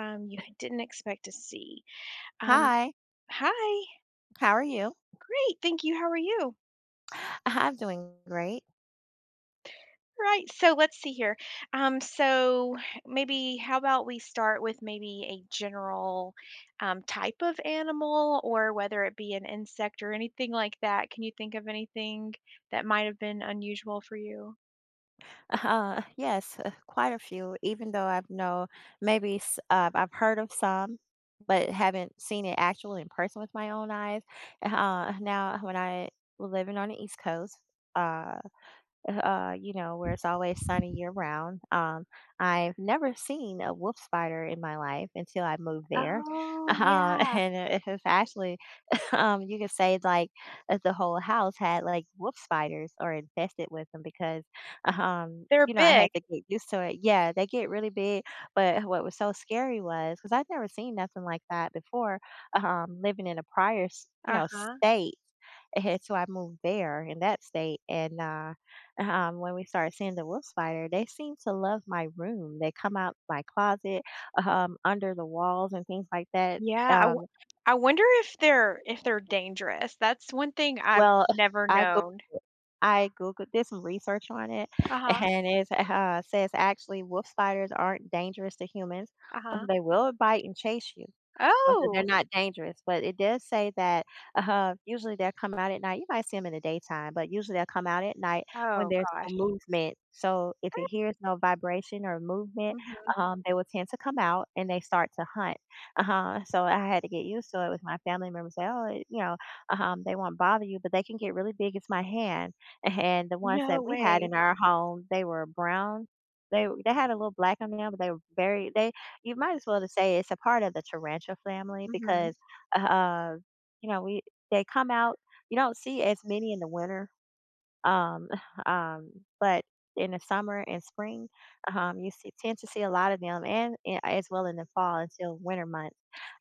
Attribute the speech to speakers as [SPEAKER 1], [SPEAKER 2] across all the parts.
[SPEAKER 1] You didn't expect to see. Um,
[SPEAKER 2] Hi,
[SPEAKER 1] Hi,
[SPEAKER 2] how are you?
[SPEAKER 1] great, thank you. How are you?
[SPEAKER 2] I'm doing great.
[SPEAKER 1] Right, so let's see here. So maybe how about we start with maybe a general type of animal, or whether it be an insect or anything like that. Can you think of anything that might have been unusual for you?
[SPEAKER 2] Yes, quite a few, even though I've know maybe I've heard of some, but haven't seen it actual in person with my own eyes. Now, when I was living on the East Coast, uh, where it's always sunny year round, I've never seen a wolf spider in my life until I moved there.
[SPEAKER 1] Oh yeah,
[SPEAKER 2] And it's actually you could say like if the whole house had like wolf spiders or infested with them because,
[SPEAKER 1] they're
[SPEAKER 2] I
[SPEAKER 1] big.
[SPEAKER 2] had to get used to it. Yeah, they get really big. But what was so scary was because I'd never seen nothing like that before, living in a prior,
[SPEAKER 1] Uh huh.
[SPEAKER 2] state. And so I moved there in that state. And when we started seeing the wolf spider, they seem to love my room. They come out my closet, under the walls and things like that.
[SPEAKER 1] Yeah, I, w-
[SPEAKER 2] Um,
[SPEAKER 1] I wonder if they're dangerous. That's one thing I've
[SPEAKER 2] well,
[SPEAKER 1] never
[SPEAKER 2] I go
[SPEAKER 1] known.
[SPEAKER 2] I Googled did some research on it,
[SPEAKER 1] Uh huh.
[SPEAKER 2] and it says actually wolf spiders aren't dangerous to humans.
[SPEAKER 1] Uh huh.
[SPEAKER 2] They will bite and chase you, or that they're
[SPEAKER 1] Oh!
[SPEAKER 2] not dangerous. But it does say that usually they'll come out at night. You might see them in the daytime, but usually they'll come out at night when
[SPEAKER 1] Oh
[SPEAKER 2] there's no
[SPEAKER 1] gosh.
[SPEAKER 2] movement. So if it hears no vibration or movement,
[SPEAKER 1] Mhm.
[SPEAKER 2] they will tend to come out and they start to hunt. Uh-huh. So I had to get used to it with my family members. Say, oh, they won't bother you, but they can get really big as my hand. And the ones
[SPEAKER 1] No
[SPEAKER 2] that we had
[SPEAKER 1] way.
[SPEAKER 2] in our home, they were brown. They had a little black on them, but they were very they you might as well to say it's a part of the tarantula family
[SPEAKER 1] Mhm.
[SPEAKER 2] because, uh, uh, you know, we they come out. You don't see as many in the winter, um, um, but in the summer and spring, tend to see a lot of them, and as well in the fall until winter months.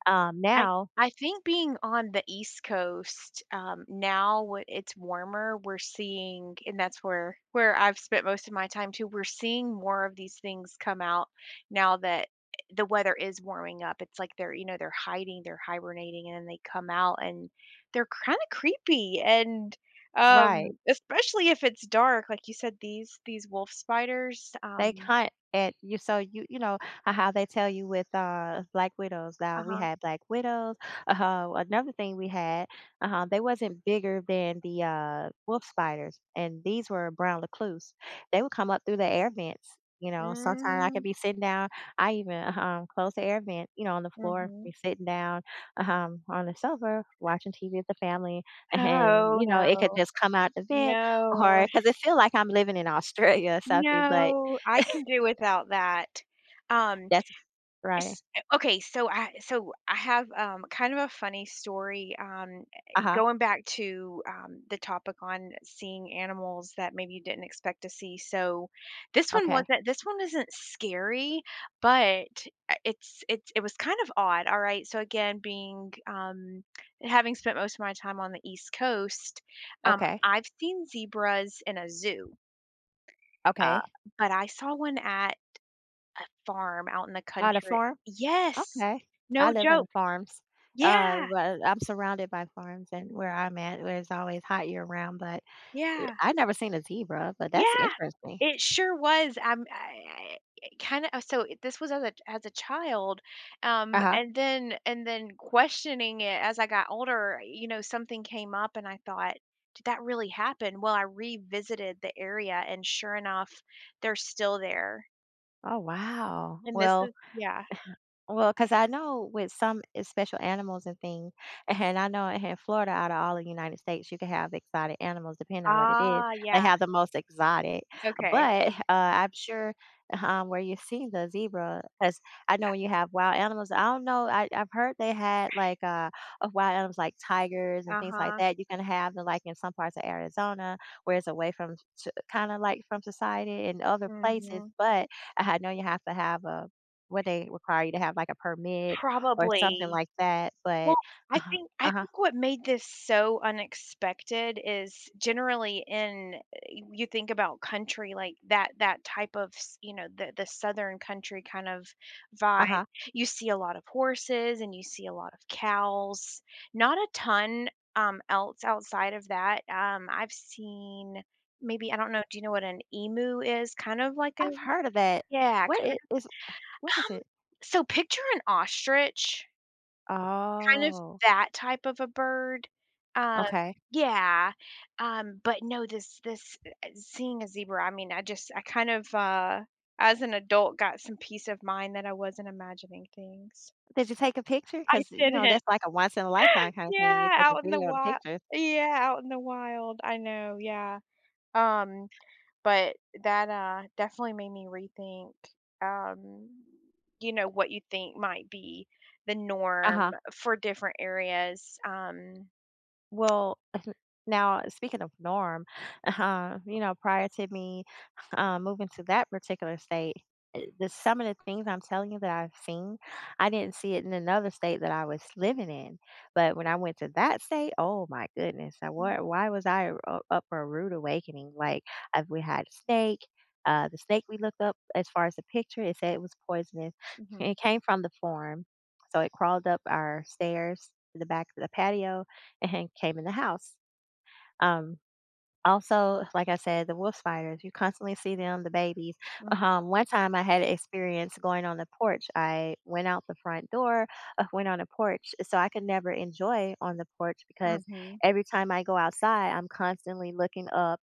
[SPEAKER 1] I
[SPEAKER 2] Now,
[SPEAKER 1] I think being on the East Coast, now when it's warmer, we're seeing and that's where I've spent most of my time too, we're seeing more of these things come out now that the weather is warming up. It's like they're, you know, they're hiding, they're hibernating, and then they come out and they're kinda creepy and,
[SPEAKER 2] right?
[SPEAKER 1] especially if it's dark, like you said, these wolf spiders,
[SPEAKER 2] They
[SPEAKER 1] um.
[SPEAKER 2] hunt at you, so you know, h how they tell you with, black widows. Now, we
[SPEAKER 1] Uh-huh.
[SPEAKER 2] had black widows, uh-huh, another thing we had, uh-huh, they wasn't bigger than the, wolf spiders, and these were brown recluse. They would come up through the air vents, sometimes I could
[SPEAKER 1] Mm,
[SPEAKER 2] be sitting down. I even, close the air vent, on the floor,
[SPEAKER 1] mhm.
[SPEAKER 2] be sitting down, on the sofa, watching TV with the family, and,
[SPEAKER 1] Oh,
[SPEAKER 2] it could
[SPEAKER 1] no.
[SPEAKER 2] just come out the vent.
[SPEAKER 1] No.
[SPEAKER 2] Or because it feel like I'm living in Australia or something, but
[SPEAKER 1] No, I can do without that. Um,
[SPEAKER 2] that's right.
[SPEAKER 1] It's okay, so I have, kind of a funny story,
[SPEAKER 2] Uh-huh.
[SPEAKER 1] going back to, the topic on seeing animals that maybe you didn't expect to see, so
[SPEAKER 2] Okay,
[SPEAKER 1] this one isn't scary, but, it was kind of odd, alright? So, again, being, um, having spent most of my time on the East Coast,
[SPEAKER 2] okay,
[SPEAKER 1] I've seen zebras in a zoo, uh,
[SPEAKER 2] okay.
[SPEAKER 1] but I saw one at a farm out in the
[SPEAKER 2] On a
[SPEAKER 1] country.
[SPEAKER 2] farm?
[SPEAKER 1] Yes!
[SPEAKER 2] Okay. I
[SPEAKER 1] No
[SPEAKER 2] live in the
[SPEAKER 1] joke.
[SPEAKER 2] farms.
[SPEAKER 1] Yeah,
[SPEAKER 2] Well, I'm surrounded by farms and where I'm at, where it's always hot year round, but
[SPEAKER 1] yeah,
[SPEAKER 2] I never seen a zebra, but that's
[SPEAKER 1] yeah.
[SPEAKER 2] interesting.
[SPEAKER 1] It sure was, I kinda, oh, this was as a child,
[SPEAKER 2] Uh-huh.
[SPEAKER 1] and then questioning it as I got older, you know, something came up and I thought, "Did that really happen?" Well, I revisited the area and sure enough, they're still there.
[SPEAKER 2] Oh, wow.
[SPEAKER 1] And this is, yeah.
[SPEAKER 2] Well, cause I know with some e special animals and things, and I know in Florida, out of all the United States, you can have exotic animals depending on what it is.
[SPEAKER 1] Ah,
[SPEAKER 2] They
[SPEAKER 1] yeah.
[SPEAKER 2] have the most exotic,
[SPEAKER 1] Okay.
[SPEAKER 2] but, I'm sure, where you've seen the zebra, cause I know when you have wild animals, I don't know, I've heard they had, like, of wild animals like tigers and things like
[SPEAKER 1] Uh-huh.
[SPEAKER 2] that. You can have them, like, in some parts of Arizona where it's away from kinda like from society and other places,
[SPEAKER 1] Mhm.
[SPEAKER 2] but I know you have to have a where they require you to have, like, a permit or something
[SPEAKER 1] Probably.
[SPEAKER 2] like that,
[SPEAKER 1] Well,
[SPEAKER 2] but
[SPEAKER 1] I
[SPEAKER 2] uh-huh,
[SPEAKER 1] think I
[SPEAKER 2] uh-huh,
[SPEAKER 1] think what made this so unexpected is generally in, you think about country like that type of, you know, the southern country kind of vibe.
[SPEAKER 2] uh-huh.
[SPEAKER 1] You see a lot of horses and you see a lot of cows. Not a ton, um, else outside of that. Um, I've seen, maybe I don't know, do you know what an emu is? Kind of like a,
[SPEAKER 2] I've heard of that.
[SPEAKER 1] yeah.
[SPEAKER 2] What it is what is
[SPEAKER 1] Um,
[SPEAKER 2] it?
[SPEAKER 1] so picture an ostrich, kind of,
[SPEAKER 2] Oh,
[SPEAKER 1] that type of a bird. Um,
[SPEAKER 2] okay.
[SPEAKER 1] yeah, but no, this seeing a zebra, I mean, I just I kind of as an adult got some peace of mind that I wasn't imagining things.
[SPEAKER 2] Did you take a picture?
[SPEAKER 1] I
[SPEAKER 2] Because
[SPEAKER 1] didn't.
[SPEAKER 2] that's like a once in a lifetime kinda thing. You
[SPEAKER 1] Yeah,
[SPEAKER 2] take a
[SPEAKER 1] out in the
[SPEAKER 2] video and
[SPEAKER 1] wild.
[SPEAKER 2] pictures.
[SPEAKER 1] Yeah, out in the wild. I know, yeah. Um, but that, uh, definitely made me rethink, um, you know, what you think might be the norm
[SPEAKER 2] Uh-huh.
[SPEAKER 1] for different areas. Um.
[SPEAKER 2] Well, now speaking of norm, uh-huh, prior to me moving to that particular state, the some of the things I'm telling you that I've seen, I didn't see it in another state that I was living in. But when I went to that state, oh my goodness, I,
[SPEAKER 1] Mm,
[SPEAKER 2] why, why was I up for a rude awakening? Like we had snake. The snake we looked up, as far as the picture, it said it was poisonous.
[SPEAKER 1] mhm,
[SPEAKER 2] It came from the farm, so it crawled up our stairs to the back of the patio and came in the house. Um, Also, like I said, the wolf spiders, you constantly see them, the babies.
[SPEAKER 1] mhm,
[SPEAKER 2] One time I had an experience going on the porch. I went out the front door, went on the porch. So I could never enjoy on the porch because
[SPEAKER 1] mhm.
[SPEAKER 2] every time I go outside, I'm constantly looking up.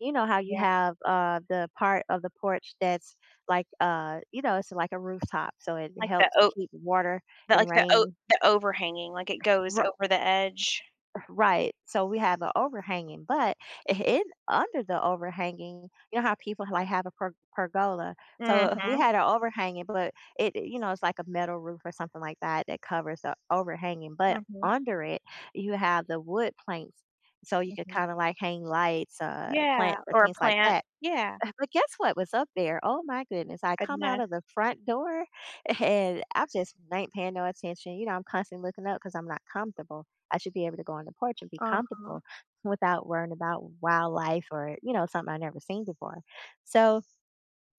[SPEAKER 2] You know how you
[SPEAKER 1] Yeah,
[SPEAKER 2] have the part of the porch that's like, it's like a rooftop. So it
[SPEAKER 1] like
[SPEAKER 2] helps keep water
[SPEAKER 1] the
[SPEAKER 2] and
[SPEAKER 1] like the o
[SPEAKER 2] rain.
[SPEAKER 1] the overhanging, like it goes over the edge.
[SPEAKER 2] Right. So we have an overhanging, but I- in under the overhanging, you know how people like have a pergola. So if we
[SPEAKER 1] Mhm,
[SPEAKER 2] had an overhanging, but it, you know it's like a metal roof or something like that that covers the overhanging, but
[SPEAKER 1] mhm,
[SPEAKER 2] under it you have the wood planks, so you could
[SPEAKER 1] mhm.
[SPEAKER 2] kind of like hang lights,
[SPEAKER 1] Yeah,
[SPEAKER 2] plants, or
[SPEAKER 1] or a
[SPEAKER 2] things like
[SPEAKER 1] plant.
[SPEAKER 2] that.
[SPEAKER 1] Yeah,
[SPEAKER 2] But guess what was up there? Oh my goodness. I
[SPEAKER 1] a
[SPEAKER 2] come out
[SPEAKER 1] nest.
[SPEAKER 2] of the front door and I'm just not paying no attention. I'm constantly looking up because I'm not comfortable. I should be able to go on the porch and be
[SPEAKER 1] Uh-huh.
[SPEAKER 2] comfortable without worrying about wildlife or, something I've never seen before. So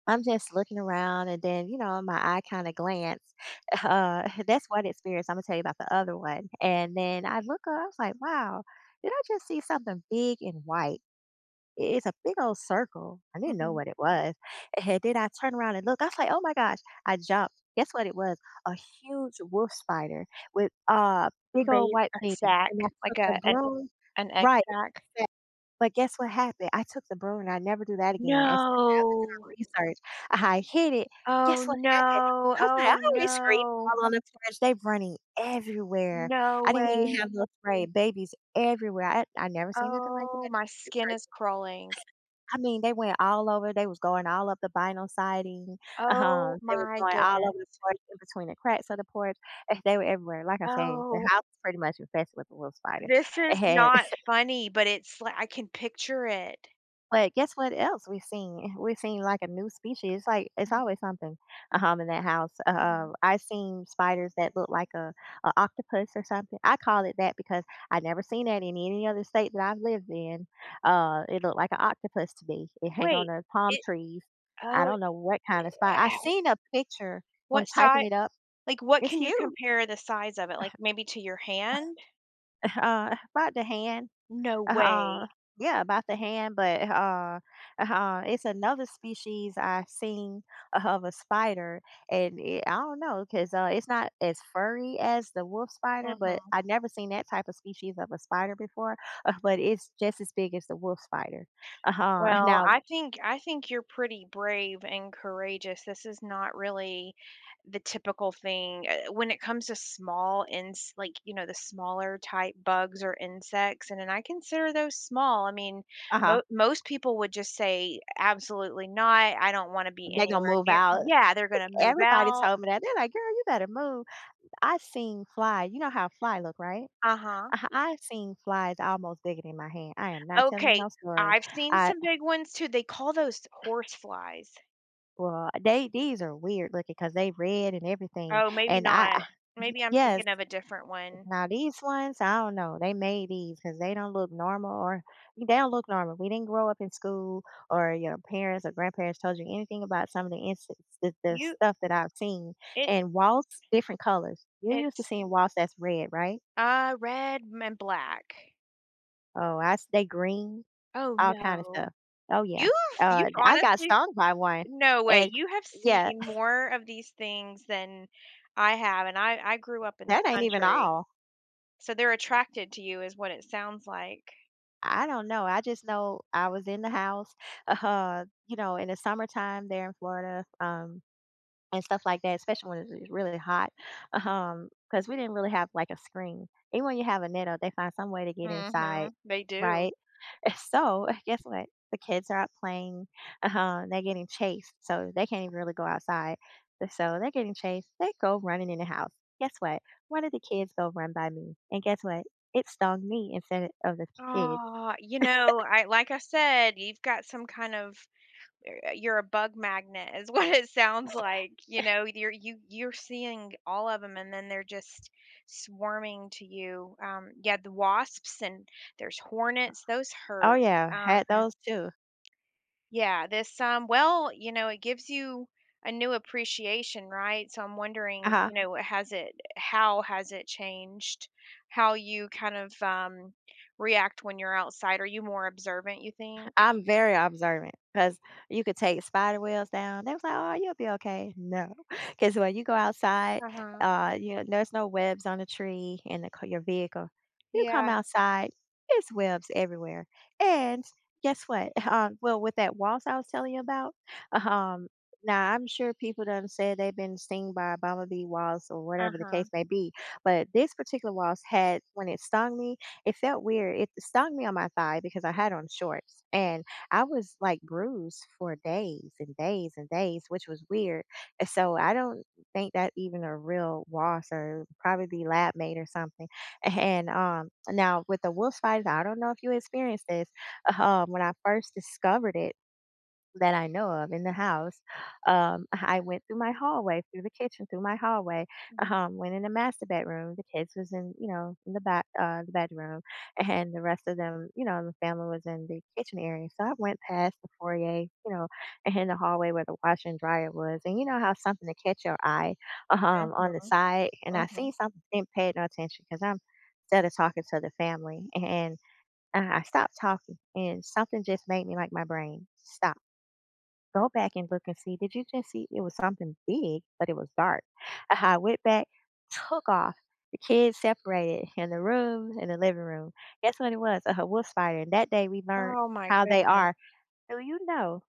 [SPEAKER 2] I'm just looking around and then, my eye kind of glance. That's one experience. I'm going to tell you about the other one. And then I look up, I was like, wow, did I just see something big and white? It's a big old circle. I didn't know
[SPEAKER 1] Mhm.
[SPEAKER 2] what it was. And then I turned around and look. I was like, oh my gosh. I jumped. Guess what it was? A huge wolf spider with a
[SPEAKER 1] A
[SPEAKER 2] big
[SPEAKER 1] Ba
[SPEAKER 2] old white
[SPEAKER 1] a
[SPEAKER 2] thing.
[SPEAKER 1] sack,
[SPEAKER 2] And I
[SPEAKER 1] like
[SPEAKER 2] took the
[SPEAKER 1] a
[SPEAKER 2] broom.
[SPEAKER 1] an egg
[SPEAKER 2] Right.
[SPEAKER 1] sack.
[SPEAKER 2] exact- But guess what happened? I took the broom and I never do that again. And since after
[SPEAKER 1] No.
[SPEAKER 2] doing research, I hit it.
[SPEAKER 1] Oh,
[SPEAKER 2] Guess what happened?
[SPEAKER 1] no.
[SPEAKER 2] I was like, I
[SPEAKER 1] Oh,
[SPEAKER 2] always scream
[SPEAKER 1] no.
[SPEAKER 2] all on the porch. They running everywhere.
[SPEAKER 1] No
[SPEAKER 2] I didn't even have
[SPEAKER 1] way.
[SPEAKER 2] no spray. Babies everywhere. I never seen nothing like
[SPEAKER 1] Oh, my
[SPEAKER 2] that.
[SPEAKER 1] skin is crawling.
[SPEAKER 2] I mean, they went all over, they was going all up the vinyl siding,
[SPEAKER 1] Oh
[SPEAKER 2] they were
[SPEAKER 1] my
[SPEAKER 2] going all
[SPEAKER 1] goodness.
[SPEAKER 2] over the porch, in between the cracks of the porch, they were everywhere, like I say, the
[SPEAKER 1] Oh.
[SPEAKER 2] house was pretty much infested with the wolf spider.
[SPEAKER 1] This
[SPEAKER 2] It
[SPEAKER 1] is
[SPEAKER 2] had
[SPEAKER 1] not funny, but it's like I can picture it.
[SPEAKER 2] But guess what else we've seen? We've seen, like, a new species. It's like, it's
[SPEAKER 1] Mhm,
[SPEAKER 2] always something, in that house.
[SPEAKER 1] mhm.
[SPEAKER 2] I've seen spiders that look like a octopus or something. I call it that because I never seen that in any other state that I've lived in. It looked like an octopus to me. It hang on
[SPEAKER 1] Wait,
[SPEAKER 2] the palm
[SPEAKER 1] it
[SPEAKER 2] trees. I
[SPEAKER 1] oh,
[SPEAKER 2] don't know what kind of spider I
[SPEAKER 1] eh,
[SPEAKER 2] seen a picture when
[SPEAKER 1] what
[SPEAKER 2] typing
[SPEAKER 1] size?
[SPEAKER 2] it up.
[SPEAKER 1] Like, what
[SPEAKER 2] It's
[SPEAKER 1] can you
[SPEAKER 2] huge,
[SPEAKER 1] compare the size of it? Like, maybe to your hand?
[SPEAKER 2] about the hand.
[SPEAKER 1] No
[SPEAKER 2] Uh-huh,
[SPEAKER 1] way.
[SPEAKER 2] yeah, about the hand, but, it's another species I seen of a spider, and it I don't know, because it's not as furry as the wolf spider, but
[SPEAKER 1] Mhm.
[SPEAKER 2] I never seen that type of species of a spider before, but it's just as big as the wolf spider. Uh-huh,
[SPEAKER 1] Well,
[SPEAKER 2] now
[SPEAKER 1] I think you're pretty brave and courageous. This is not really the typical thing, when it comes to small, ins like, you know, the smaller type bugs or insects, and, I consider those small. I mean,
[SPEAKER 2] uh-huh,
[SPEAKER 1] most people would just say absolutely not. I don't want to be
[SPEAKER 2] they gonna
[SPEAKER 1] anywhere
[SPEAKER 2] move
[SPEAKER 1] near.
[SPEAKER 2] out.
[SPEAKER 1] Yeah, they're gonna move
[SPEAKER 2] Everybody
[SPEAKER 1] out.
[SPEAKER 2] told me that. They're like, "Girl, you better move." I seen fly You know how fly look, right?
[SPEAKER 1] Uh huh.
[SPEAKER 2] I seen flies almost bigger than my hand. I am not telling you
[SPEAKER 1] Okay,
[SPEAKER 2] no story.
[SPEAKER 1] I've seen
[SPEAKER 2] I
[SPEAKER 1] some big ones too. They call those horse flies.
[SPEAKER 2] Well, they these are weird looking because they red and everything,
[SPEAKER 1] Oh, maybe
[SPEAKER 2] and
[SPEAKER 1] not. Maybe I'm
[SPEAKER 2] yes,
[SPEAKER 1] thinking of a different one.
[SPEAKER 2] now these ones, I don't know, they made these because they don't look normal. We didn't grow up in school or your parents or grandparents told you anything about some of the instance the
[SPEAKER 1] You
[SPEAKER 2] stuff that I've seen,
[SPEAKER 1] it
[SPEAKER 2] and walls, different colors. You're used to
[SPEAKER 1] It's,
[SPEAKER 2] seeing walls that's red, right?
[SPEAKER 1] red m and black.
[SPEAKER 2] Oh, I s they green,
[SPEAKER 1] Oh,
[SPEAKER 2] all kind of
[SPEAKER 1] no.
[SPEAKER 2] stuff. Oh, yeah.
[SPEAKER 1] You've you've
[SPEAKER 2] I got
[SPEAKER 1] honestly,
[SPEAKER 2] stung by one,
[SPEAKER 1] no way.
[SPEAKER 2] and
[SPEAKER 1] You have
[SPEAKER 2] yeah,
[SPEAKER 1] seen more of these things than I have, and I grew up in the
[SPEAKER 2] that ain't even
[SPEAKER 1] country,
[SPEAKER 2] all.
[SPEAKER 1] so they're attracted to you is what it sounds like.
[SPEAKER 2] I don't know. I just know I was in the house, you know, in the summertime there in Florida, and stuff like that, especially when it's really hot, because we didn't really have like a screen. Even when you have a net up, they find some way to get inside,
[SPEAKER 1] Mhm. They do.
[SPEAKER 2] right? So guess what? The kids are out playing. They're getting chased, so they can't even really go outside. So they're getting chased. They go running in the house. Guess what? One of the kids go run by me, and guess what? It stung me instead of the kid.
[SPEAKER 1] Oh, you know, I like I said, you've got some kind of, you're a bug magnet is what it sounds like. You know, you're seeing all of them, and then they're just swarming to you. Yeah, the wasps and there's hornets. Those
[SPEAKER 2] Oh,
[SPEAKER 1] hurt.
[SPEAKER 2] yeah,
[SPEAKER 1] Um,
[SPEAKER 2] had those too.
[SPEAKER 1] yeah, this, well, you know, it gives you a new appreciation, right? So I'm wondering,
[SPEAKER 2] Uh-huh.
[SPEAKER 1] you know, has it how has it changed how you kind of, um, react when you're outside? Are you more observant, you think?
[SPEAKER 2] I'm very observant because you could take spider webs down. They was like, "Oh, you'll be okay." No, because when you go outside,
[SPEAKER 1] Uh-huh.
[SPEAKER 2] you know, there's no webs on the tree in the c your vehicle. You come
[SPEAKER 1] Yeah.
[SPEAKER 2] outside, it's webs everywhere, and guess what? Well, with that waltz I was telling you about, um, now I'm sure people done said they've been stung by a bumblebee waltz or whatever the
[SPEAKER 1] Uh-huh.
[SPEAKER 2] case may be, but this particular waltz had when it stung me, it felt weird. It stung me on my thigh because I had on shorts and I was like bruised for days and days and days, which was weird. And so I don't think that even a real wasp or probably be lab made or something. And now with the wolf spiders, I don't know if you experienced this. When I first discovered it, that I know of in the house. I went through my hallway, through the kitchen, through my hallway.
[SPEAKER 1] Mhm.
[SPEAKER 2] Went in the master bedroom. The kids was in, you know, in the back, the bedroom, and the rest of them, you know, the family was in the kitchen area. So I went past the foyer, you know, and in the hallway where the washer and dryer was, and you know how something to catch your eye, on the
[SPEAKER 1] Mhm.
[SPEAKER 2] side, and I seen
[SPEAKER 1] Mhm.
[SPEAKER 2] something, didn't pay no attention because I'm instead of talking to the family, and I stopped talking, and something just made me like my brain stop, go back and look and see, did you just see it was something big, but it was dark? I went back, took off. The kids separated in the room, in the living room. Guess what it was? A wolf spider. And that day we learned
[SPEAKER 1] Oh my
[SPEAKER 2] how they
[SPEAKER 1] goodness.
[SPEAKER 2] are. Do you know?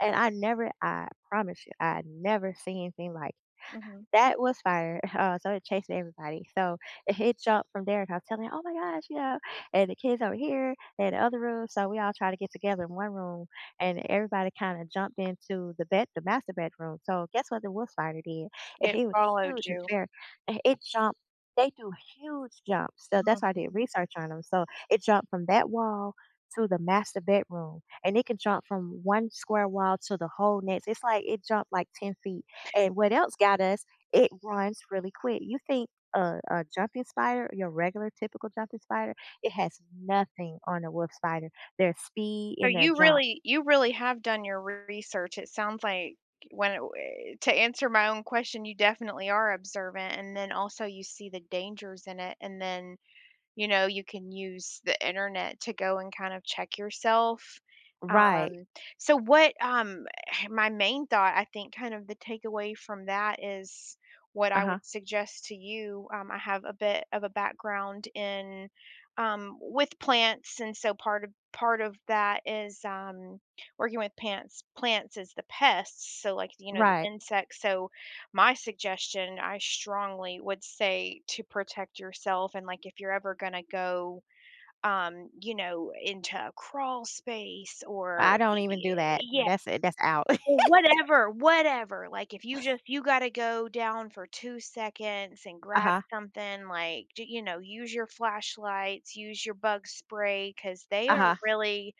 [SPEAKER 2] And I never, I promise you, I had never seen anything like
[SPEAKER 1] Mhm.
[SPEAKER 2] that was fire. So it chased everybody. So it jumped from there, and I was telling her, "Oh my gosh, you know," and the kids over here and the other room. So we all tried to get together in one room, and everybody kind of jumped into the bed, the master bedroom. So guess what? The wolf spider did.
[SPEAKER 1] It
[SPEAKER 2] It was
[SPEAKER 1] followed
[SPEAKER 2] huge and
[SPEAKER 1] you.
[SPEAKER 2] fair, and it jumped. They do huge jumps. So that's why I did
[SPEAKER 1] Mhm.
[SPEAKER 2] research on them. So it jumped from that wall to the master bedroom, and it can jump from one square wall to the whole next. It's like it jumped like 10 feet. And what else got us? It runs really quick. You think a jumping spider, your regular typical jumping spider, it has nothing on a wolf spider. Their speed
[SPEAKER 1] So
[SPEAKER 2] and their
[SPEAKER 1] you
[SPEAKER 2] jump.
[SPEAKER 1] really you really have done your research. It sounds like when it w to answer my own question, you definitely are observant, and then also you see the dangers in it, and then you know, you can use the internet to go and kind of check yourself.
[SPEAKER 2] Right.
[SPEAKER 1] Um, so what, um, my main thought, I think kind of the takeaway from that is what
[SPEAKER 2] Uh
[SPEAKER 1] I would
[SPEAKER 2] huh.
[SPEAKER 1] suggest to you. I have a bit of a background in, um, with plants, and so part of that is, um, working with plants is the pests, so like, you know, the
[SPEAKER 2] Right.
[SPEAKER 1] insects. So my suggestion, I strongly would say to protect yourself. And like, if you're ever going to go, you know, into a crawl space or,
[SPEAKER 2] I don't even do that.
[SPEAKER 1] yeah,
[SPEAKER 2] That's it. That's out.
[SPEAKER 1] or whatever, whatever. Like, if you just, you got to go down for 2 seconds and
[SPEAKER 2] Uh
[SPEAKER 1] grab
[SPEAKER 2] huh.
[SPEAKER 1] something, like, you know, use your flashlights, use your bug spray, because they
[SPEAKER 2] Uh
[SPEAKER 1] are
[SPEAKER 2] huh.
[SPEAKER 1] really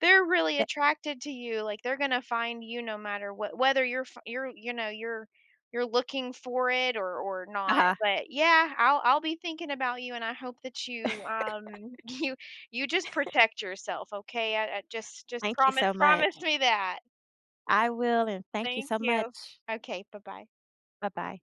[SPEAKER 1] they're really attracted to you, like, they're gonna find you no matter what, whether you're f you're, you know, you're looking for it or
[SPEAKER 2] Uh
[SPEAKER 1] not.
[SPEAKER 2] huh.
[SPEAKER 1] But yeah, I'll be thinking about you, and I hope that you, you just protect yourself, okay? I just
[SPEAKER 2] Thank you
[SPEAKER 1] promise,
[SPEAKER 2] so much.
[SPEAKER 1] me that.
[SPEAKER 2] I will, and thank you
[SPEAKER 1] Thank
[SPEAKER 2] so
[SPEAKER 1] you.
[SPEAKER 2] much.
[SPEAKER 1] Okay, bye-bye.
[SPEAKER 2] Bye bye.